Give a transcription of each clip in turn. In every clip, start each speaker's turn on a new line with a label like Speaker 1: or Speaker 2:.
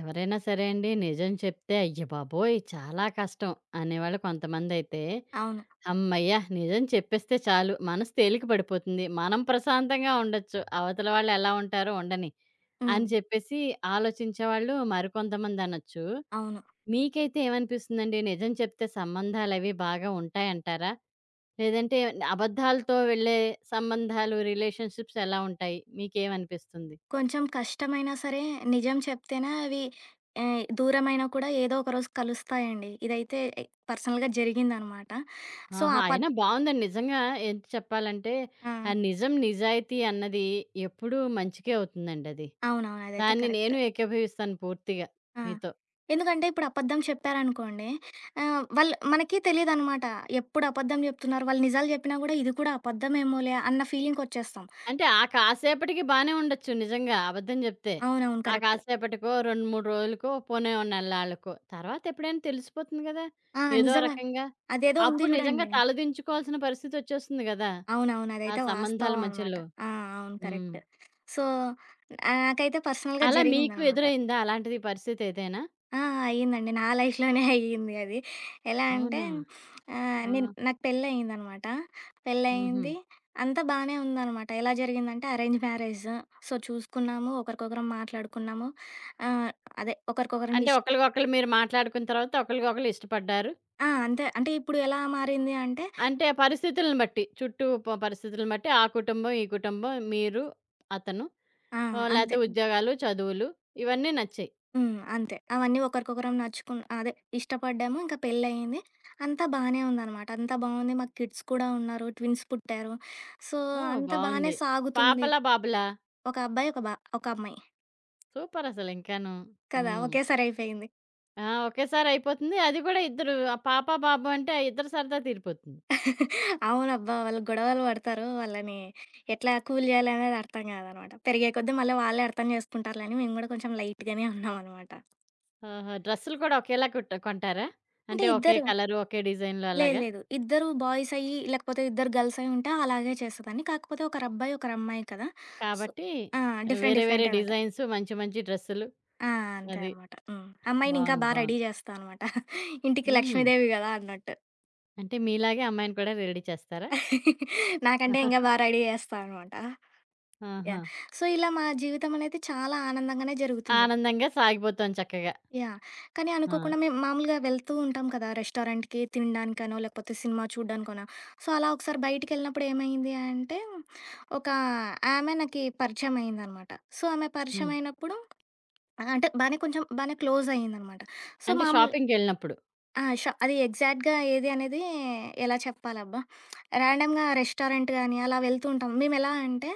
Speaker 1: ఎవరైనా సరే అండి. నిజం చెప్తే అయ్య బాబోయ్! చాలా కష్టం అనేవాళ్ళు కొంతమందైతే,
Speaker 2: అవును.
Speaker 1: హమ్మయ్య! నిజం చెప్పేస్తే చాలు మనసు తేలిక పడిపోతుంది. మనం ప్రశాంతంగా ఉండొచ్చు. అవతల వాళ్ళు ఎలా ఉంటారో ఉండని
Speaker 2: హ్మ్.
Speaker 1: అని చెప్పేసి ఆలోచించేవాళ్ళు మరికొంతమందనొచ్చు.
Speaker 2: అవును.
Speaker 1: మీకైతే ఏమనిపిస్తుందండి? నిజం చెప్తే సంబంధాలవి బాగా ఉంటాయంటారా? లేదంటే అబద్ధాలతో వెళ్ళే సంబంధాలు, రిలేషన్‌షిప్స్ ఎలా ఉంటాయి? మీకేమనిపిస్తుంది?
Speaker 2: కొంచెం కష్టమైనా సరే నిజం చెప్తేనే అవి దూరమైనా కూడా ఏదో ఒక రోజు కలుస్తాయండి. ఇదైతే ఎ పర్సనల్‌గా జరిగిందనమాట. సో,
Speaker 1: ఆహా!
Speaker 2: అపద్
Speaker 1: అయినా బావుందండి. నిజంగా ఏంటి చెప్పాలంటే,
Speaker 2: ఆ!
Speaker 1: ఆ నిజం, నిజాయితీ అన్నది ఎప్పుడూ మంచికే అవుతుందండది.
Speaker 2: అవునవును. అదైతే
Speaker 1: దాన్ని
Speaker 2: కరెక్ట్.
Speaker 1: నేను ఏకీభవిస్తాను పూర్తిగా
Speaker 2: ఆ!
Speaker 1: మీతో.
Speaker 2: ఎందుకంటే ఇప్పుడు అబద్ధం చెప్పారనుకోండి వాళ్ళు మనకి తెలీదనమాట. ఎప్పుడు అబద్ధం చెప్తున్నారు, వాళ్ళు నిజాలు చెప్పినా కూడా ఇది కూడా అబద్ధమేమోలే అన్న ఫీలింగ్‌కొచ్చేస్తాం.
Speaker 1: అంటే ఆ కాసేపటికి బానే ఉండొచ్చు నిజంగా అబద్ధం జెప్తే.
Speaker 2: అవునవును.
Speaker 1: ఆ
Speaker 2: కరెక్ట్.
Speaker 1: కాసేపటికో, 2, 3 రోజులకో, పోనీ ఓ నెల్లాళ్ళకో. తర్వాత ఎప్పుడైనా తెలిసిపోతుంది గదా!
Speaker 2: ఆ!
Speaker 1: ఏదో
Speaker 2: నిజమే.
Speaker 1: రకంగా.
Speaker 2: అదేదో ఉంది
Speaker 1: అప్పుడు నిజంగా
Speaker 2: చూడండి.
Speaker 1: తలదించుకోవాల్సిన పరిస్థితొచ్చేస్తుంది గదా!
Speaker 2: అవునవును.
Speaker 1: ఆ
Speaker 2: అదైతే
Speaker 1: సంబంధాల
Speaker 2: వాస్తవం అనమాట.
Speaker 1: మధ్యలో.
Speaker 2: ఆ! అవును.
Speaker 1: హ్మ్.
Speaker 2: కరెక్ట్. సో, నాకైతే పర్సనల్‌గా
Speaker 1: అలా మీకు
Speaker 2: జరిగిందనమాట.
Speaker 1: ఎదురైందా అలాంటిది పరిస్థితి ఏదైనా?
Speaker 2: ఆ! అయిందండి. నా లైఫ్‌లోనే అయ్యింది అది. ఎలా అంటే
Speaker 1: అవునా! ఆ!
Speaker 2: నేను నాకు పెళ్లయిందనమాట.
Speaker 1: హుహు.
Speaker 2: పెళ్లయింది. అంతా బానే ఉందనమాట. ఎలా జరిగిందంటే అరేంజ్ మ్యారేజ్. సో, చూసుకున్నాము. ఒకరికొకరం మాట్లాడుకున్నాము. ఆహ్, అదే ఒకరికొకరం
Speaker 1: అంటే
Speaker 2: ఇష్
Speaker 1: ఒకళ్ళకొకళ్ళు మీరు మాట్లాడుకున్న తర్వాత ఒకళ్ళకొకళ్ళు ఇష్టపడ్డారు.
Speaker 2: ఆ! అంతే. అంటే ఇప్పుడు ఎలా మారింది అంటే
Speaker 1: అంటే పరిస్థితులను బట్టి, చుట్టూ పరిస్థితులను బట్టి ఆ కుటుంబం, ఈ కుటుంబం, మీరు, అతను
Speaker 2: ఆ! అంతే.
Speaker 1: లేతే ఉద్యోగాలు, చదువులు ఇవన్నీ నచ్చాయి.
Speaker 2: హ్మ్. అంతే. అవన్నీ ఒకరికొకరం నచ్చుకున్ అదే ఇష్టపడ్డాము. ఇంకా పెళ్లయింది. అంతా బానే ఉందనమాట. అంతా బావుంది. మాకు కిడ్స్ కూడా ఉన్నారు. ట్విన్స్ పుట్టారు. సో,
Speaker 1: ఓహ్!
Speaker 2: అంతా బానే
Speaker 1: బావుంది.
Speaker 2: సాగుతుంది.
Speaker 1: పాపలా? బాబులా?
Speaker 2: ఒక అబ్బాయి, ఒక బ ఒక అమ్మాయి.
Speaker 1: సూపర్ అసలింకాను.
Speaker 2: కదా!
Speaker 1: హ్మ్.
Speaker 2: ఒకేసారి అయిపోయింది.
Speaker 1: ఆ! ఒకేసారి అయిపోతుంది. అది కూడా ఇద్దరు ఆ పాప, బాబు అంటే ఇద్దరి సరదా తీరిపోతుంది.
Speaker 2: అవునబ్బా! వాళ్ళు గొడవలు పడతారు. వాళ్ళని ఎట్లా కూల్ చేయాలనేది అర్థం కాదనమాట. పెరిగే కొద్దీ మళ్ళీ వాళ్ళే అర్థం చేసుకుంటారులే అని మేము కూడా కొంచెం లైట్‌గానే ఉన్నామనమాట.
Speaker 1: ఆహా! డ్రెస్సులు కూడా ఒకేలా కుట్ట కొంటారా?
Speaker 2: అంటే
Speaker 1: అంటే ఒకే
Speaker 2: ఇద్దరు
Speaker 1: కలరు, ఒకే డిజైన్‌లో
Speaker 2: లేదు
Speaker 1: అలాగా?
Speaker 2: లేదు. ఇద్దరు బాయ్స్ అయ్యి, లేకపోతే ఇద్దరు గర్ల్స్ అయ్యి ఉంటే అలాగే చేసేదాన్ని. కాకపోతే ఒకరబ్బాయి, ఒకరమ్మాయి కదా! సో
Speaker 1: కాబట్టి
Speaker 2: ఆ! డిఫరెంట్
Speaker 1: వేరే వేరే
Speaker 2: డిఫరెంటే ఉంటాయి.
Speaker 1: డిజైన్స్ మంచి మంచి డ్రెస్సులు
Speaker 2: ఆ! అంతే
Speaker 1: అది.
Speaker 2: అనమాట. హ్మ్. అమ్మాయిని ఇంకా
Speaker 1: బావుంది.
Speaker 2: బా రెడీ
Speaker 1: బావుంది.
Speaker 2: చేస్తా అనమాట. ఇంటికి
Speaker 1: హుహు.
Speaker 2: లక్ష్మీదేవి గదా! అన్నట్టు.
Speaker 1: అంటే మీలాగే అమ్మాయిని కూడా రెడీ చేస్తారా?
Speaker 2: నాకంటే ఇంకా బా రెడీ చేస్తా అనమాట.
Speaker 1: ఆహా!
Speaker 2: యాహ్! సో, ఇలా మా జీవితం అనేది చాలా ఆనందంగానే జరుగుతుంది.
Speaker 1: ఆనందంగా సాగిపోతోంది చక్కగా.
Speaker 2: యాహ్! కానీ
Speaker 1: ఆ!
Speaker 2: అనుకోకుండా మేము మామూలుగా వెళ్తూ ఉంటాం కదా! రెస్టారెంట్‌కి తినడానికనో, లేకపోతే సినిమా చూడ్డానికనో. సో, అలా ఒకసారి బయటికెళ్ళినప్పుడు ఏమైంది అంటే, ఒక ఆమె నాకి పరిచయం అయిందనమాట. సో, ఆమె
Speaker 1: హ్మ్.
Speaker 2: పరిచయం అయినప్పుడు అంటే బానే కొంచెం బానే క్లోజ్ అయిందనమాట. సో,
Speaker 1: అంటే
Speaker 2: మామూలు
Speaker 1: షాపింగ్‌కెళ్ళినప్పుడు.
Speaker 2: ఆ! ష అది ఎగ్జాక్ట్‌గా ఏది అనేది ఎలా చెప్పాలబ్బా! ర్యాండమ్‌గా రెస్టారెంట్ గాని అలా వెళ్తూ ఉంటాం. మేమెలా అంటే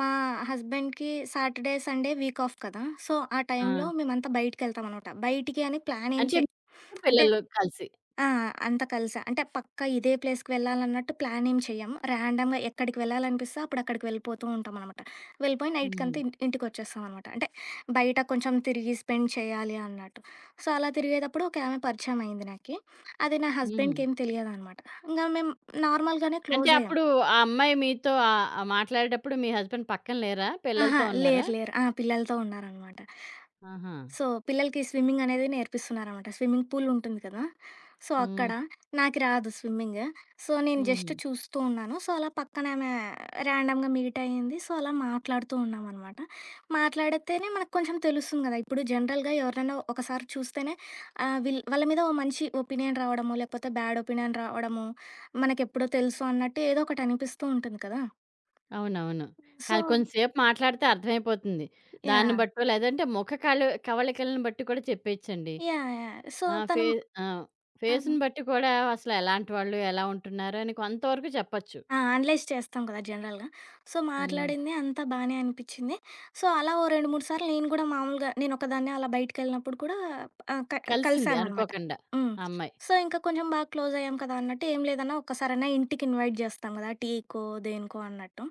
Speaker 2: మా హస్బెండ్‌కి సాటర్‌డే, సండే వీక్ ఆఫ్ కదా! సో, ఆ
Speaker 1: ఆ!
Speaker 2: టైంలో మేమంతా బయటికెళ్తామనమాట. బయటికి అని ప్లాన్ ఏం
Speaker 1: అంటే
Speaker 2: చే
Speaker 1: మీరు
Speaker 2: అంటే
Speaker 1: పిల్లలు కలిసి.
Speaker 2: ఆ! అంతా కలిసే. అంటే పక్కా ఇదే ప్లేస్‌కి వెళ్ళాలన్నట్టు ప్లాన్ ఏం చెయ్యము. ర్యాండమ్‌గా ఎక్కడికి వెళ్ళాలనిపిస్తే అప్పుడు అక్కడికి వెళ్ళిపోతూ ఉంటామనమాట. వెళ్ళిపోయి నైట్‌కంతా
Speaker 1: హుహు.
Speaker 2: ఇంటికొచ్చేస్తామనమాట. అంటే బయట కొంచెం తిరిగి స్పెండ్ చేయాలి అన్నట్టు. సో, అలా తిరిగేటప్పుడు ఒక ఆమె పరిచయం అయింది నాకి. అది నా
Speaker 1: హుహు.
Speaker 2: హస్బెండ్‌కేం తెలియదనమాట. ఇంగ మేము నార్మల్‌గానే
Speaker 1: అంటే
Speaker 2: క్లోజయ్యాం.
Speaker 1: అప్పుడు ఆ అమ్మాయి మీతో మాట్లాడేటప్పుడు మీ హస్బెండ్ పక్కన లేరా?
Speaker 2: అహా!
Speaker 1: పిల్లలతో ఉన్నారా?
Speaker 2: లేరు లేరు. ఆ! పిల్లలతో ఉన్నారనమాట.
Speaker 1: ఆహా!
Speaker 2: సో, పిల్లలకి స్విమ్మింగ్ అనేది నేర్పిస్తున్నారనమాట. స్విమ్మింగ్ పూల్ ఉంటుంది కదా! సో,
Speaker 1: హ్మ్.
Speaker 2: అక్కడ నాకు రాదు స్విమ్మింగ్. సో, నేను
Speaker 1: హుహు.
Speaker 2: జస్ట్ చూస్తూ ఉన్నాను. సో, అలా పక్కనామె ర్యాండమ్‌గా మీట్ అయింది. సో, అలా మాట్లాడుతూ ఉన్నామనమాట. మాట్లాడితేనే మనకు కొంచెం తెలుస్తుంది కదా! ఇప్పుడు జనరల్‌గా ఎవరినైనా ఒకసారి చూస్తేనే ఆహ్, వీళ్ వాళ్ళ మీద ఓ మంచి ఒపీనియన్ రావడమో, లేకపోతే బ్యాడ్ ఒపీనియన్ రావడమో, మనకెప్పుడో తెలుసు అన్నట్టు ఏదో ఒకటి అనిపిస్తూ ఉంటుంది కదా!
Speaker 1: అవునవును.
Speaker 2: సో
Speaker 1: కానీ కొంతసేపు మాట్లాడితే అర్థమైపోతుంది. దాన్ని
Speaker 2: యాహ్!
Speaker 1: బట్టో లేదంటే ముఖ కళ కవళికలను బట్టి కూడా చెప్పేయచ్చండి.
Speaker 2: యాహ్! యాహ్! సో,
Speaker 1: ఆ!
Speaker 2: తను
Speaker 1: ఫే ఆ!
Speaker 2: ఆ!
Speaker 1: ఫేస్‌ని బట్టి కూడా అసలు ఎలాంటి వాళ్ళు, ఎలా ఉంటున్నారు అని కొంతవరకు చెప్పొచ్చు.
Speaker 2: ఆ! అనలైజ్ చేస్తాం కదా జనరల్‌గా. సో,
Speaker 1: హ్మ్.
Speaker 2: మాట్లాడింది అంతా బానే అనిపిచ్చింది. సో, అలా ఓ 2, 3 సార్లు నేను గూడా మామూలుగా నేనొక్కదాన్నే అలా బయటికెళ్ళినప్పుడు కూడా ఆహ్, క
Speaker 1: కలిసింది
Speaker 2: కలిసామనమాట.
Speaker 1: అనుకోకుండా
Speaker 2: హ్మ్.
Speaker 1: ఆ అమ్మాయి.
Speaker 2: సో, ఇంకా కొంచెం బాగా క్లోజయ్యాం కదా అన్నట్టు, "ఏం లేదన్నా ఒక్కసారన్నా ఇంటికి ఇన్వైట్ జేస్తాం గదా! టీకో, దేనికో" అన్నట్టు.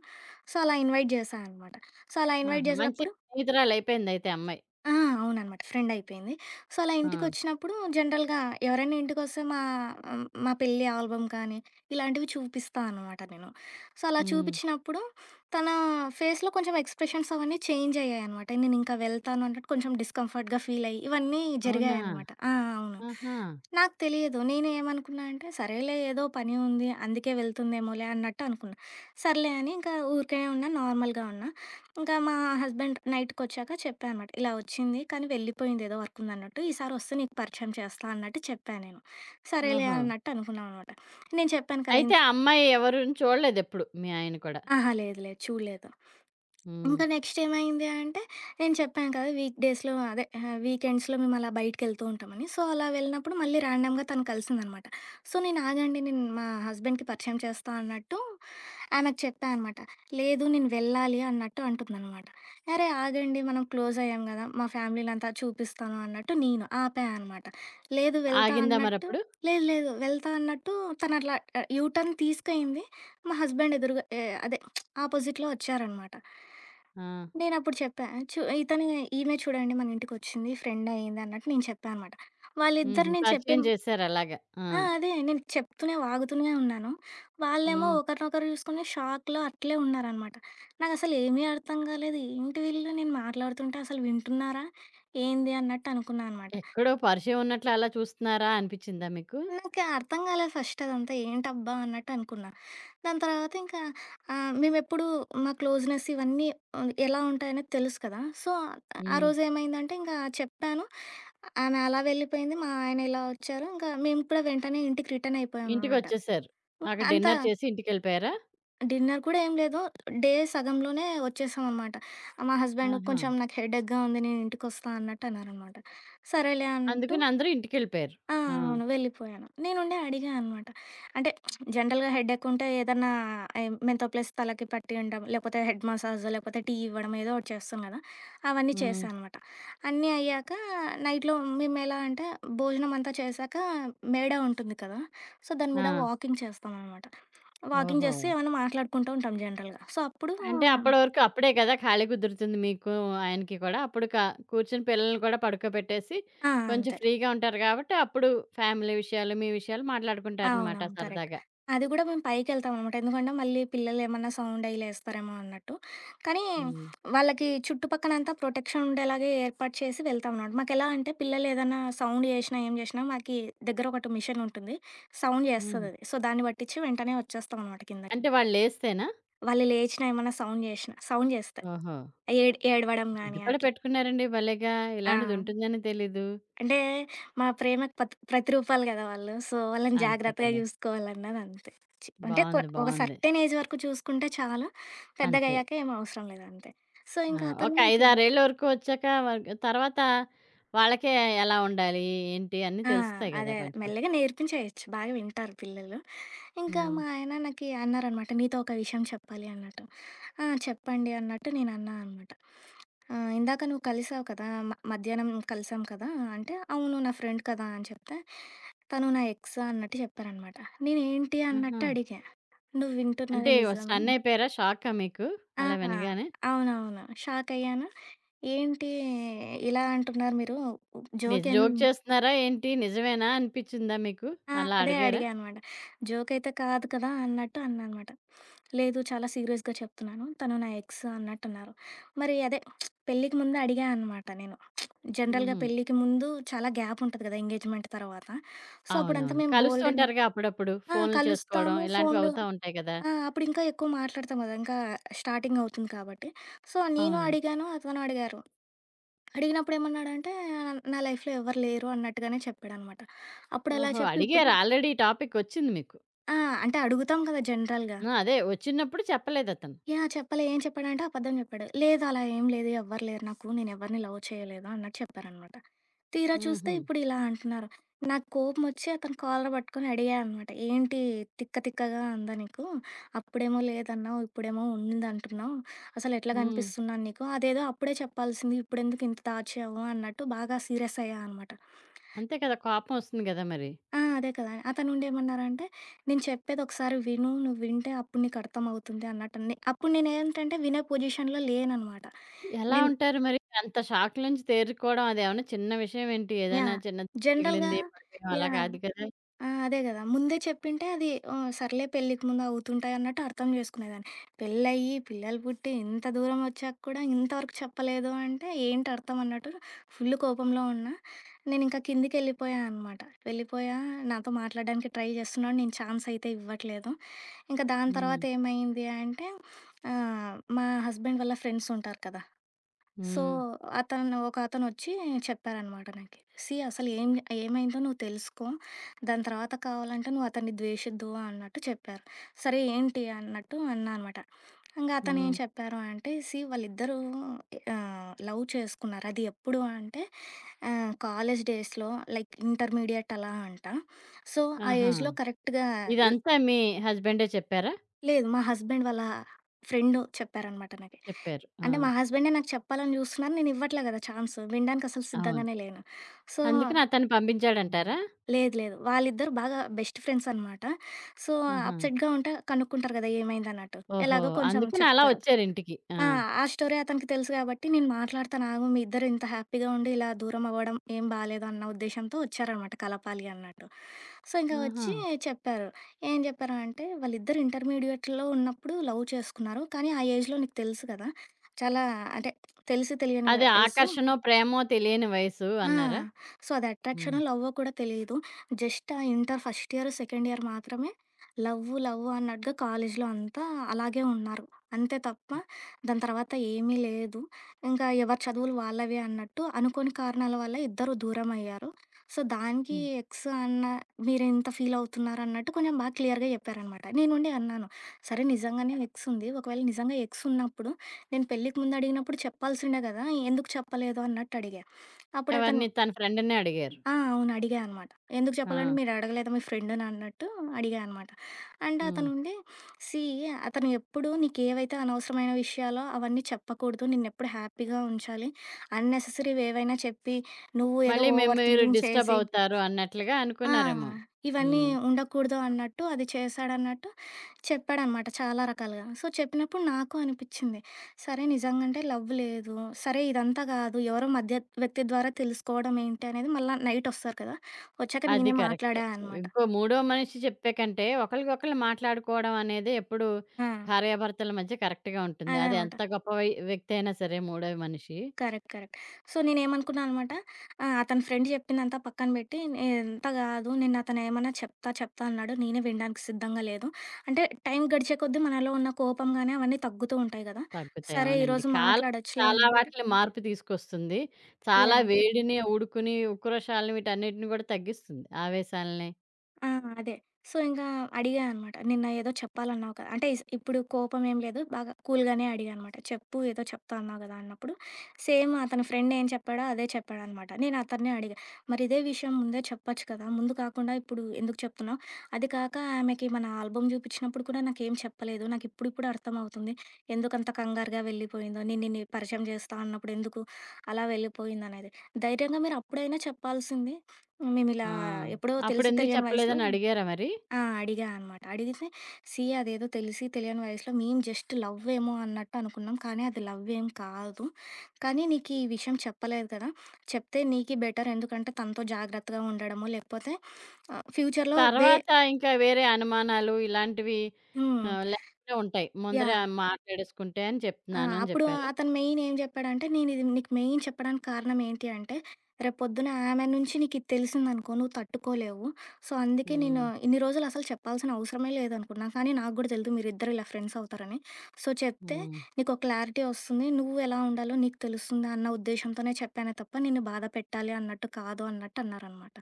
Speaker 2: సో, అలా ఇన్వైట్ జేశా అనమాట. సో, అలా ఇన్వైట్ హ్మ్.
Speaker 1: ఆహా! మంచి
Speaker 2: జేసినప్పుడు
Speaker 1: స్నేహితురాలయిపోయిందయితే ఆ అమ్మాయి.
Speaker 2: ఆ! అవుననమాట. ఫ్రెండ్ అయిపోయింది. సో, అలా
Speaker 1: ఆ!
Speaker 2: ఇంటికొచ్చినప్పుడు జనరల్‌గా ఎవరైనా ఇంటికొస్తే మా హ్మ్, మా పెళ్లి ఆల్బమ్ కానీ, ఇలాంటివి చూపిస్తా అనమాట నేను. సో, అలా
Speaker 1: హ్మ్.
Speaker 2: చూపించినప్పుడు తన ఫేస్‌లో కొంచెం ఎక్స్‌ప్రెషన్స్ అవన్నీ చేంజ్ అయ్యాయనమాట. నేనింకా వెళ్తాను అన్నట్టు కొంచెం డిస్కంఫర్ట్‌గా ఫీల్ అయ్యి, ఇవన్నీ
Speaker 1: అవునా?
Speaker 2: జరిగాయనమాట. ఆ! అవును.
Speaker 1: ఆహా!
Speaker 2: నాకు తెలియదు. నేనేమనుకున్నా అంటే, సరేలే ఏదో పని ఉంది, అందుకే వెళ్తుందేమోలే అన్నట్టు అనుకున్నా. సర్లే అని ఇంకా ఊరికనే ఉన్నా, నార్మల్‌గా ఉన్నా. ఇంకా మా హస్బెండ్ నైట్‌కొచ్చాక చెప్పా అనమాట. ఇలా వచ్చింది కానీ వెళ్ళిపోయింది ఏదో వర్క్ ఉందన్నట్టు. ఈసారి వస్తే నీకు పరిచయం చేస్తా అన్నట్టు చెప్పా నేను. సరేలే
Speaker 1: ఓహో!
Speaker 2: అన్నట్టు అనుకున్నాం అనమాట. నేను చెప్పాను కదా!
Speaker 1: అయితే
Speaker 2: ఇన్
Speaker 1: ఆ అమ్మాయి ఎవరిని చూడలేదెప్పుడు మీ ఆయన కూడా.
Speaker 2: అహా! లేదు లేదు చూడలేదు.
Speaker 1: హ్మ్.
Speaker 2: ఇంకా నెక్స్ట్ ఏమైంది అంటే, నేను చెప్పాను కదా! వీక్ డేస్‌లో అదే వీకెండ్స్‌లో మేము అలా బయటికెళ్తూ ఉంటామని. సో, అలా వెళ్ళినప్పుడు మళ్ళీ ర్యాండమ్‌గా తను కలిసిందనమాట. సో, నేను ఆగండి నేను మా హస్బెండ్‌కి పరిచయం చేస్తా అన్నట్టు ఆమెకు చెప్పా అనమాట. లేదు నేను వెళ్ళాలి అన్నట్టు అంటుందనమాట. అరే! ఆగండి మనం క్లోజ్ అయ్యాం గదా! మా ఫ్యామిలీ‌లంతా చూపిస్తాను అన్నట్టు నేను ఆపా అనమాట. లేదు వెళ్తా అంతే.
Speaker 1: ఆగిందా
Speaker 2: అన్నట్టు
Speaker 1: మరప్పుడు?
Speaker 2: లేదు లేదు వెళ్తా అన్నట్టు తను అట్లా యూ టర్న్ తీసుకయింది. మా హస్బెండ్ ఎదురుగా ఎ అదే ఆపోజిట్‌లో వచ్చారనమాట.
Speaker 1: ఆ!
Speaker 2: నేనప్పుడు చెప్పా. చు ఇతను ఈమె చూడండి మన ఇంటికొచ్చింది. ఫ్రెండ్ అయింది అన్నట్టు నేను చెప్పా అనమాట.
Speaker 1: హుహు.
Speaker 2: వాళ్ళిద్దరు నేను
Speaker 1: పరిచయం
Speaker 2: చెప్పిన
Speaker 1: చేశారు అలాగా. ఆ!
Speaker 2: ఆ! అదే నేను చెప్తూనే, వాగుతూనే ఉన్నాను. వాళ్ళేమో
Speaker 1: హ్మ్.
Speaker 2: ఒకరినొకరు చూసుకొని షాక్‌లో అట్లే ఉన్నారనమాట. నాకసలు ఏమీ అర్థం కాలేదు. ఏంటి వీళ్ళు నేను మాట్లాడుతుంటే అసలు వింటున్నారా? ఏంది అన్నట్టు అనుకున్నా అనమాట.
Speaker 1: ఎక్కడో పరిచయం ఉన్నట్లు అలా చూస్తున్నారా అనిపిచ్చిందా మీకు?
Speaker 2: నాకు అర్థం కాలేదు ఫస్ట్ అదంతా ఏంటబ్బా అన్నట్టు అనుకున్నా. దాని తర్వాత ఇంకా ఆహ్, మేమెప్పుడు మా క్లోజ్‌నెస్ ఇవన్నీ ఎలా ఉంటాయనేది తెలుసు కదా! సో, ఆ
Speaker 1: హ్మ్.
Speaker 2: రోజు ఏమైందంటే ఇంకా చెప్పాను. ఆమె అలా వెళ్ళిపోయింది. మా ఆయన ఇలా వచ్చారు. ఇంకా మేము కూడా వెంటనే ఇంటికి రిటర్న్ అయిపోయామనమాట.
Speaker 1: ఇంటికొచ్చేశారు.
Speaker 2: హ్మ్.
Speaker 1: అక్కడ డిన్నర్ చేసి ఇంటికెళ్ళిపోయారా?
Speaker 2: డిన్నర్ కూడా ఏం లేదు. డే సగంలోనే వచ్చేసామనమాట. మా హస్బెండ్
Speaker 1: ఆహా!
Speaker 2: కొంచెం నాకు హెడేక్‌గా ఉంది. నేను ఇంటికొస్తా అన్నట్టు అన్నారనమాట. సరేలే అన్నట్టు
Speaker 1: అందుకని అందరూ ఇంటికెళ్ళిపోయారు.
Speaker 2: ఆ!
Speaker 1: ఆ!
Speaker 2: అవును. వెళ్ళిపోయాను. నేనుండి అడిగా అనమాట. అంటే జనరల్‌గా హెడేక్ ఉంటే ఏదన్నా మెంతో ప్లస్ తలకి పట్టి ఉండడం, లేకపోతే హెడ్ మసాజ్, లేకపోతే టీ ఇవ్వడం ఏదో ఒకటి చేస్తాం కదా! అవన్నీ
Speaker 1: హ్మ్.
Speaker 2: చేశా అనమాట. అన్నీ అయ్యాక నైట్‌లో మేమెలా అంటే భోజనం అంతా చేశాక మేడ ఉంటుంది కదా! సో, దాని
Speaker 1: ఆ!
Speaker 2: మీద ఆ! వాకింగ్ చేస్తామనమాట. వాకింగ్
Speaker 1: ఓహో!
Speaker 2: చేస్తూ ఏమన్నా మాట్లాడుకుంటూ ఉంటాం జనరల్‌గా. సో, అప్పుడు
Speaker 1: అంటే
Speaker 2: అవునా?
Speaker 1: అప్పటి వరకు అప్పుడే కదా! ఖాళీ కుదురుతుంది మీకు, ఆయనకి కూడా. అప్పుడు క కూర్చొని పిల్లల్ని కూడా పడుకోబెట్టేసి
Speaker 2: ఆ!
Speaker 1: కొంచెం
Speaker 2: అంతే.
Speaker 1: ఫ్రీగా ఉంటారు కాబట్టి అప్పుడు ఫ్యామిలీ విషయాలు, మీ విషయాలు మాట్లాడుకుంటారనమాట
Speaker 2: అవునవును. కరెక్ట్.
Speaker 1: సరదాగా.
Speaker 2: అది గూడా మేము పైకెళ్తామనమాట. ఎందుకంటే, మళ్ళీ పిల్లలేమన్నా సౌండయి లేస్తారేమో అన్నట్టు. కానీ,
Speaker 1: హ్మ్.
Speaker 2: వాళ్ళకి చుట్టుపక్కనంతా ప్రొటెక్షన్ ఉండేలాగే ఏర్పాటు చేసి వెళ్తామనమాట. మాకెలా అంటే, పిల్లలేదన్నా సౌండ్ జేషినా, ఏం జేషినా మాకీ దగ్గర ఒకటి మిషనుంటుంది. సౌండ్
Speaker 1: హ్మ్.
Speaker 2: జేస్తదది. సో, దాన్ని పట్టిచ్చి వెంటనే వచ్చేస్తామనమాట కిందకి.
Speaker 1: అంటే వాళ్ళు లేస్తేనా?
Speaker 2: వాళ్ళు లేచినా, ఏమన్నా సౌండ్ జేషినా సౌండ్ జేస్తాయి.
Speaker 1: ఓహో!
Speaker 2: ఏడవడం
Speaker 1: అది
Speaker 2: గానీ
Speaker 1: కూడా
Speaker 2: అట్లా.
Speaker 1: పెట్టుకున్నారండి భలేగా!
Speaker 2: ఆ!
Speaker 1: ఇలాంటిదుంటుందని తెలీదు.
Speaker 2: అంటే మన ప్రేమకు పత్ ప్రతిరూపాలు కదా వాళ్ళు. సో, వాళ్ళని
Speaker 1: అంతే
Speaker 2: జాగ్రత్తగా
Speaker 1: కదా!
Speaker 2: చూసుకోవాలన్నదంతే. చి అంటే కొ
Speaker 1: బావుంది.
Speaker 2: ఒక
Speaker 1: బావుంది.
Speaker 2: సర్టెన్ ఏజ్ వరకు చూసుకుంటే చాలు.
Speaker 1: అంతే.
Speaker 2: పెద్దగయ్యాక ఏం అవసరం లేదంతే. సో,
Speaker 1: ఆ!
Speaker 2: ఇంకా
Speaker 1: ఒక
Speaker 2: అతను
Speaker 1: 5,
Speaker 2: నాకు
Speaker 1: 6 ఏళ్ల వరకు వచ్చాక వగ్ తర్వాత వాళ్ళకే ఎలా ఉండాలి? ఏంటి? అన్నీ
Speaker 2: ఆ!
Speaker 1: తెలుస్తాయి గదా!
Speaker 2: అదే. అదే.
Speaker 1: కొంచెం.
Speaker 2: మెల్లగా నేర్పించేయొచ్చు. బాగా వింటారు పిల్లలు. ఇంకా
Speaker 1: హ్మ్.
Speaker 2: మా ఆయన నాకి అన్నారనమాట, "నీతో ఒక విషయం చెప్పాలి" అన్నట్టు. ఆ! చెప్పండి అన్నట్టు నేను అన్నా అనమాట. ఆహ్, ఇందాక నువ్వు కలిసావు కదా! మ మధ్యాహ్నం కలిసాం కదా! అంటే, "అవును నా ఫ్రెండ్ కదా" అని చెప్తే, తను నా ఎక్స్ అన్నట్టు చెప్పారనమాట. నేనేంటి
Speaker 1: ఆహా!
Speaker 2: అన్నట్టు అడిగా. "నువ్వు
Speaker 1: అంటే
Speaker 2: వింటున్నది నిజమా?"
Speaker 1: స్టన్నయిపోయారా? షాకా మీకు
Speaker 2: ఆ!
Speaker 1: అలా వినగానే?
Speaker 2: అవునవును. షాకయ్యాను. "ఏంటి ఇలా అంటున్నారు మీరు?
Speaker 1: నిజ
Speaker 2: జోకేం"
Speaker 1: జోక్ చేస్తున్నారా ఏంటి? నిజమేనా అనిపిచ్చిందా మీకు?
Speaker 2: ఆ!
Speaker 1: అలా
Speaker 2: అదే
Speaker 1: అడిగారా?
Speaker 2: అడిగా అనమాట. జోకయితే కాదు కదా! అన్నట్టు అన్నా అనమాట. లేదు చాలా సీరియస్‌గా చెప్తున్నాను. తను నా ఎక్స్ అన్నట్టన్నారు. మరి అదే పెళ్ళికి ముందు అడిగా అనమాట నేను. జనరల్‌గా
Speaker 1: హుహు.
Speaker 2: పెళ్ళికి ముందు చాలా గ్యాప్ ఉంటది కదా! ఎంగేజ్‌మెంట్ తర్వాత. సో, అప్పుడంతా
Speaker 1: అవునవును.
Speaker 2: మేము
Speaker 1: కలుస్తూ
Speaker 2: బోలెడన్ని
Speaker 1: ఉంటారుగా అప్పుడప్పుడు.
Speaker 2: ఆ!
Speaker 1: ఫోన్లు చేసుకోవడం
Speaker 2: కలుస్తాము.
Speaker 1: ఇలాంటివి అవుతా ఉంటాయి గదా!
Speaker 2: ఆ! అప్పుడు ఇంకా ఎక్కువ మాట్లాడతాం కదా! ఇంకా స్టార్టింగ్ అవుతుంది కాబట్టి. సో, నేను
Speaker 1: అవును.
Speaker 2: అడిగాను, అతను అడిగారు. అడిగినప్పుడు ఏమన్నాడంటే, "నా లైఫ్‌లో ఎవ్వరు లేరు" అన్నట్టుగానే చెప్పాడనమాట. అప్పుడలా
Speaker 1: ఓహో!
Speaker 2: చెప్పి ఇప్పుడు
Speaker 1: అడిగారు ఆల్రెడీ ఈ టాపికొచ్చింది మీకు.
Speaker 2: ఆ! అంటే అడుగుతాం కదా! జనరల్‌గా.
Speaker 1: ఆ! అదే వచ్చినప్పుడు చెప్పలేదతను.
Speaker 2: యాహ్! చెప్పలే. ఏం చెప్పాడంటే అబద్ధం చెప్పాడు. లేదు అలా ఏం లేదు. ఎవ్వరు లేరు నాకు. నేనెవరిని లవ్ చేయలేదు అన్నట్టు చెప్పారనమాట. తీరా చూస్తే
Speaker 1: హుహు.
Speaker 2: ఇప్పుడు ఇలా అంటున్నారు. నాకు కోపమొచ్చి అతని కాలర్ పట్టుకొని అడిగా అనమాట. "ఏంటి తిక్క తిక్కగా ఉందా నీకు? అప్పుడేమో లేదన్నావు. ఇప్పుడేమో ఉందంటున్నావు. అసలెట్లా
Speaker 1: హ్మ్.
Speaker 2: కనిపిస్తున్నాను నీకు? అదేదో అప్పుడే చెప్పాల్సింది. ఇప్పుడెందుకు ఇంత దాచావు?" అన్నట్టు బాగా సీరియస్ అయ్యా అనమాట.
Speaker 1: అంతే కదా! కోపం వస్తుంది గదా మరి.
Speaker 2: ఆ! అదే కదా! అతనుండేమన్నారంటే, "నేను చెప్పేది ఒకసారి విను. నువ్వు వింటే అప్పుడు నీకు అర్థమవుతుంది" అన్నట్టని. అప్పుడు నేనేంటంటే వినే పొజిషన్‌లో లేననమాట.
Speaker 1: ఎలా
Speaker 2: నేను
Speaker 1: ఉంటారు మరి? అంత షాక్ నుంచి తేరుకోవడం అదేమన్నా చిన్న విషయం ఏంటి? ఏదైనా
Speaker 2: యాహ్!
Speaker 1: చిన్న దెబ్బ
Speaker 2: జనరల్‌గా
Speaker 1: తగిలింది, పడిపోయాం అలా
Speaker 2: యాహ్!
Speaker 1: కాదు కదా!
Speaker 2: ఆ! అదే గదా! ముందే చెప్పింటే అది సర్లే పెళ్ళికి ముందు అవుతుంటాయి అన్నట్టు అర్థం చేసుకునేదాన్ని. పెళ్ళయ్యి, పిల్లలు పుట్టి, ఇంత దూరం వచ్చాక కూడా ఇంతవరకు చెప్పలేదు అంటే ఏంటి అర్థం అన్నట్టు ఫుల్ కోపంలో ఉన్నా. నేనింకా కిందికెళ్ళిపోయా అనమాట. వెళ్ళిపోయా నాతో మాట్లాడడానికి ట్రై చేస్తున్నాడు. నేను ఛాన్స్ అయితే ఇవ్వట్లేదు. ఇంకా దాని
Speaker 1: హ్మ్.
Speaker 2: తర్వాత ఏమైంది అంటే మా హస్బెండ్ వాళ్ళ ఫ్రెండ్స్ ఉంటారు కదా! సో,
Speaker 1: హ్మ్.
Speaker 2: అతను వచ్చి చెప్పారనమాట నాకి. "సీ అసలు ఏం ఏమైందో నువ్వు తెలుసుకో. దాని తర్వాత కావాలంటే నువ్వు అతన్ని ద్వేషిద్దు" అన్నట్టు చెప్పారు. సరే ఏంటి అన్నట్టు అన్నా అనమాట. ఇంగా అతను ఏం
Speaker 1: హ్మ్.
Speaker 2: చెప్పారు అంటే, "సీ వాళ్ళిద్దరూ లవ్ చేసుకున్నారు. అది ఎప్పుడు అంటే కాలేజ్ డేస్‌లో లైక్ ఇంటర్మీడియేట్ అలా అంట. సో, ఆ
Speaker 1: ఆహా!
Speaker 2: ఏజ్‌లో కరెక్ట్‌గా"
Speaker 1: ఇదంతా మీ హస్బెండే చెప్పారా?
Speaker 2: లేదు. మా హస్బెండ్ వాళ్ళ ఫ్రెండు చెప్పారనమాట నాకి.
Speaker 1: చెప్పారు. ఆ!
Speaker 2: అంటే మా హస్బెండే నాకు చెప్పాలని జూస్తున్నారు. నేను ఇవ్వట్లే గదా ఛాన్స్. వినడానికి అసలు
Speaker 1: అవును.
Speaker 2: సిద్ధంగానే లేను. సో
Speaker 1: అందుకని అతను పంపించాడంటారా?
Speaker 2: లేదు లేదు. వాళ్ళిద్దరూ బాగా బెస్ట్ ఫ్రెండ్స్ అనమాట. సో
Speaker 1: ఆహా!
Speaker 2: అప్సెట్‌గా ఉంటే కనుక్కుంటారు గదా! ఏమైందన్నట్టు.
Speaker 1: ఓహో!
Speaker 2: ఎలాగో కొంచెం
Speaker 1: అందుకని అలా
Speaker 2: చెప్తారు.
Speaker 1: వచ్చారింటికి. ఆ!
Speaker 2: ఆ! ఆ స్టోరీ అతనికి తెలుసు గాబట్టి నేను మాట్లాడతాను ఆగు. మీ ఇద్దరు ఇంత హ్యాపీగా ఉండి ఇలా దూరం అవ్వడం ఏం బాలేదు అన్న ఉద్దేశంతో వచ్చారనమాట కలపాలి అన్నట్టు. సో ఇంకా
Speaker 1: ఆహా!
Speaker 2: వచ్చి చెప్పారు. ఏం చెప్పారు అంటే, వాళ్ళిద్దరు ఇంటర్మీడియేట్‌లో ఉన్నప్పుడు లవ్ చేసుకున్నారు. కానీ ఆ ఏజ్‌లో నీకు తెలుసు కదా! చాలా అంటే తెలిసి తెలియని
Speaker 1: అది
Speaker 2: వయసు.
Speaker 1: ఆకర్షణో, ప్రేమో తెలియని వయసు
Speaker 2: ఆ!
Speaker 1: అన్నారా?
Speaker 2: సో, అది
Speaker 1: హ్మ్.
Speaker 2: అట్రాక్షనో, లవ్వో కూడా తెలీదు. జస్ట్ ఆ inter first year, second year మాత్రమే లవ్వు, లవ్వు అన్నట్టుగా కాలేజీలో అంతా అలాగే ఉన్నారు. అంతే తప్ప దాని తర్వాత ఏమీ లేదు. ఇంకా ఎవరి చదువులు వాళ్ళవే అన్నట్టు అనుకోని కారణాల వల్ల ఇద్దరు దూరమయ్యారు. సో, దానికి
Speaker 1: హ్మ్.
Speaker 2: ఎక్స్ అన్న మీరింత ఫీల్ అవుతున్నారు అన్నట్టు కొంచెం బాగా క్లియర్‌గా చెప్పారనమాట. నేనుండి అన్నాను, "సరే నిజంగానే ఎక్స్ ఉంది. ఒకవేళ నిజంగా ఎక్స్ ఉన్నప్పుడు నేను పెళ్ళికి ముందు అడిగినప్పుడు చెప్పాల్సిండే గదా! ఎందుకు చెప్పలేదు?" అన్నట్టు అడిగా. అప్పుడు అతను
Speaker 1: ఎవరిని? తన ఫ్రెండ్‌నే అడిగారు.
Speaker 2: ఆ! అవును. అడిగా అనమాట. ఎందుకు
Speaker 1: ఆ!
Speaker 2: చెప్పాలంటే మీరు అడగలేదా మీ ఫ్రెండ్‌ని అన్నట్టు అడిగా అనమాట. అండ్
Speaker 1: హ్మ్.
Speaker 2: అతనుండి సీ అతను ఎప్పుడు నీకేవైతే అనవసరమైన విషయాలో అవన్నీ చెప్పకూడదు. నిన్నెప్పుడు హ్యాపీగా ఉంచాలి. అన్నెసెసరీవి ఏవైనా చెప్పి నువ్వు ఏదో
Speaker 1: మళ్ళీ మేము
Speaker 2: ఓవర్
Speaker 1: మీరు
Speaker 2: థింకింగ్
Speaker 1: డిస్టర్బ్
Speaker 2: చేసి
Speaker 1: అవుతారు అన్నట్లుగా
Speaker 2: ఆ!
Speaker 1: అనుకున్నారేమో.
Speaker 2: ఇవన్నీ
Speaker 1: హ్మ్.
Speaker 2: ఉండకూడదు అన్నట్టు అది చేశాడన్నట్టు చెప్పాడనమాట చాలా రకాలుగా. సో, చెప్పినప్పుడు నాకు అనిపిచ్చింది. సరే నిజంగంటే లవ్ లేదు. సరే ఇదంతా కాదు. ఎవరో మధ్య వ్యక్తి ద్వారా తెలుసుకోవడం ఏంటి అనేది మళ్ళా నైటొస్తారు కదా! వచ్చాక
Speaker 1: అది
Speaker 2: నేనే
Speaker 1: కరెక్ట్.
Speaker 2: మాట్లాడా అనమాట.
Speaker 1: ఇంకో మూడో మనిషి చెప్పే కంటే ఒకళ్ళకొకళ్ళు మాట్లాడుకోవడం అనేది ఎప్పుడు
Speaker 2: ఆ!
Speaker 1: భార్యాభర్తల మధ్య కరెక్ట్‌గా ఉంటుంది.
Speaker 2: అదే
Speaker 1: అది
Speaker 2: అనమాట.
Speaker 1: ఎంత గొప్ప వై వ్యక్తి అయినా సరే మూడో మనిషి
Speaker 2: కరెక్ట్. కరెక్ట్. సో, నేనేమనుకున్నా అనమాట అతని ఫ్రెండ్ చెప్పిందంతా పక్కన పెట్టి ఇదంతా కాదు. నిన్న అతనేమన్నా చెప్తా, చెప్తా అన్నాడు. నేనే వినడానికి సిద్ధంగా లేదు. అంటే టైం గడిచే కొద్దీ మనలో ఉన్న కోపం గాని అవన్నీ తగ్గుతూ ఉంటాయి కదా!
Speaker 1: తగ్గుతాయి.
Speaker 2: సరే
Speaker 1: అవునండి.
Speaker 2: ఈరోజు
Speaker 1: కాలం
Speaker 2: మాట్లాడొచ్చులే
Speaker 1: చాలా
Speaker 2: అన్నట్టు
Speaker 1: వాటిలో మార్పు తీసుకొస్తుంది. చాలా
Speaker 2: యాహ్!
Speaker 1: వేడిని, ఉడుకుని, ఉక్రోషాలను వీటన్నిటిని కూడా తగ్గిస్తుంది. ఆవేశాలని.
Speaker 2: ఆ! అదే. సో, ఇంకా అడిగా అనమాట. నిన్న ఏదో చెప్పాలన్నావు కదా! అంటే ఇప్పుడు కోపం ఏం లేదు. బాగా కూల్‌గానే అడిగా అనమాట. చెప్పు ఏదో చెప్తా అన్నావు కదా! అన్నప్పుడు సేమ్ అతని ఫ్రెండ్ ఏం చెప్పాడో అదే చెప్పాడనమాట. నేను అతన్నే అడిగా. మరి ఇదే విషయం ముందే చెప్పొచ్చు కదా! ముందు కాకుండా ఇప్పుడు ఎందుకు చెప్తున్నావు? అది కాక ఆమెకి మన ఆల్బమ్ చూపించినప్పుడు కూడా నాకేం చెప్పలేదు. నాకు ఇప్పుడిప్పుడు అర్థమవుతుంది. ఎందుకంత కంగారుగా వెళ్ళిపోయిందో, నేను నిన్ను పరిచయం చేస్తా అన్నప్పుడు ఎందుకు అలా వెళ్ళిపోయిందనేది. ధైర్యంగా మీరు అప్పుడైనా చెప్పాల్సింది.
Speaker 1: ఆ!
Speaker 2: మేమిలా ఎప్పుడో తెలిసి
Speaker 1: అప్పుడెందుకు
Speaker 2: తెలియని వయసులో
Speaker 1: చెప్పలేదని అడిగారా మరి?
Speaker 2: ఆ! అడిగా అనమాట. అడిగితే, "సీ అదేదో తెలిసి తెలియని వయసులో మేము జస్ట్ లవ్ ఏమో అన్నట్టు అనుకున్నాం. కానీ అది లవ్ ఏం కాదు. కానీ నీకు ఈ విషయం చెప్పలేదు కదా! చెప్తే నీకి బెటర్. ఎందుకంటే తనతో జాగ్రత్తగా ఉండడమో లేకపోతే ఫ్యూచర్‌లో వే"
Speaker 1: తర్వాత ఇంకా వేరే అనుమానాలు ఇలాంటివి
Speaker 2: హ్మ్.
Speaker 1: లేకుండా ఉంటాయి. ముందరే ఆ
Speaker 2: యాహ్!
Speaker 1: మాట్లాడేసుకుంటే అని
Speaker 2: ఆ!
Speaker 1: చెప్తున్నాను అని
Speaker 2: అప్పుడు
Speaker 1: చెప్పారా?
Speaker 2: అతను మెయిన్ ఏం జెప్పాడంటే, నేనిది నీకు మెయిన్ చెప్పడానికి కారణం ఏంటి అంటే, రేపొద్దున ఆమె నుంచి నీకిది తెలిసిందనుకో నువ్వు తట్టుకోలేవు. సో, అందుకే నేను
Speaker 1: హ్మ్.
Speaker 2: ఇన్ని రోజులు అసలు చెప్పాల్సిన అవసరమే లేదనుకున్నా. కానీ నాకు గూడా తెలీదు మీరిద్దరు ఇలా ఫ్రెండ్స్ అవుతారని. సో, చెప్తే
Speaker 1: హ్మ్.
Speaker 2: నీకో క్లారిటీ వస్తుంది. నువ్వు ఎలా ఉండాలో నీకు తెలుస్తుంది అన్న ఉద్దేశంతోనే చెప్పానే తప్ప నిన్ను బాధ పెట్టాలి అన్నట్టు కాదు అన్నట్టు అన్నారనమాట.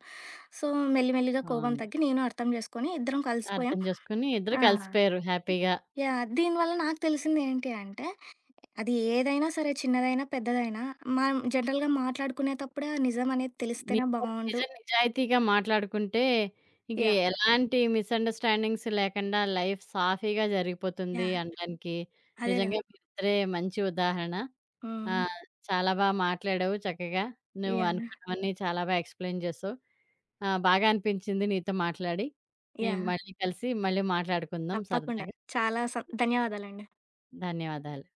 Speaker 2: సో, మెల్లి మెల్లిగా కోపం
Speaker 1: బావుంది.
Speaker 2: తగ్గి నేను అర్థం జేసుకొని ఇద్దరం కలిసిపోయాం.
Speaker 1: అర్థం చేసుకొని ఇద్దరు
Speaker 2: ఆ!
Speaker 1: కలిసిపోయారు హ్యాపీగా.
Speaker 2: యాహ్! దీనివల్ల నాకు తెలిసింది ఏంటి అంటే, అది ఏదైనా సరే చిన్నదైనా, పెద్దదైనా మనం జనరల్‌గా మాట్లాడుకునేటప్పుడే ఆ నిజం అనేది తెలిస్తేనే
Speaker 1: నిజం నిజ
Speaker 2: బావుండు
Speaker 1: నిజాయితీగా మాట్లాడుకుంటే ఇంక
Speaker 2: యాహ్!
Speaker 1: ఎలాంటి మిస్‌అండర్‌స్టాండింగ్స్ లేకుండా లైఫ్ సాఫీగా జరిగిపోతుంది
Speaker 2: యాహ్!
Speaker 1: అనడానికి
Speaker 2: అదే గదా!
Speaker 1: నిజంగా మీరిద్దరే మంచి ఉదాహరణ. ఆ!
Speaker 2: హ్మ్.
Speaker 1: చాలా బా మాట్లాడావు చక్కగా. నువ్వు
Speaker 2: యాహ్!
Speaker 1: అనుకున్నవన్నీ చాలా బా ఎక్స్‌ప్లెయిన్ చేసావు. బాగా అనిపించింది నీతో మాట్లాడి. హ్మ్.
Speaker 2: యాహ్!
Speaker 1: మళ్ళీ కలిసి మళ్ళీ మాట్లాడుకుందాం
Speaker 2: తప్పకుండా.
Speaker 1: సరదాగా.
Speaker 2: చాలా సం ధన్యవాదాలండి.
Speaker 1: ధన్యవాదాలు.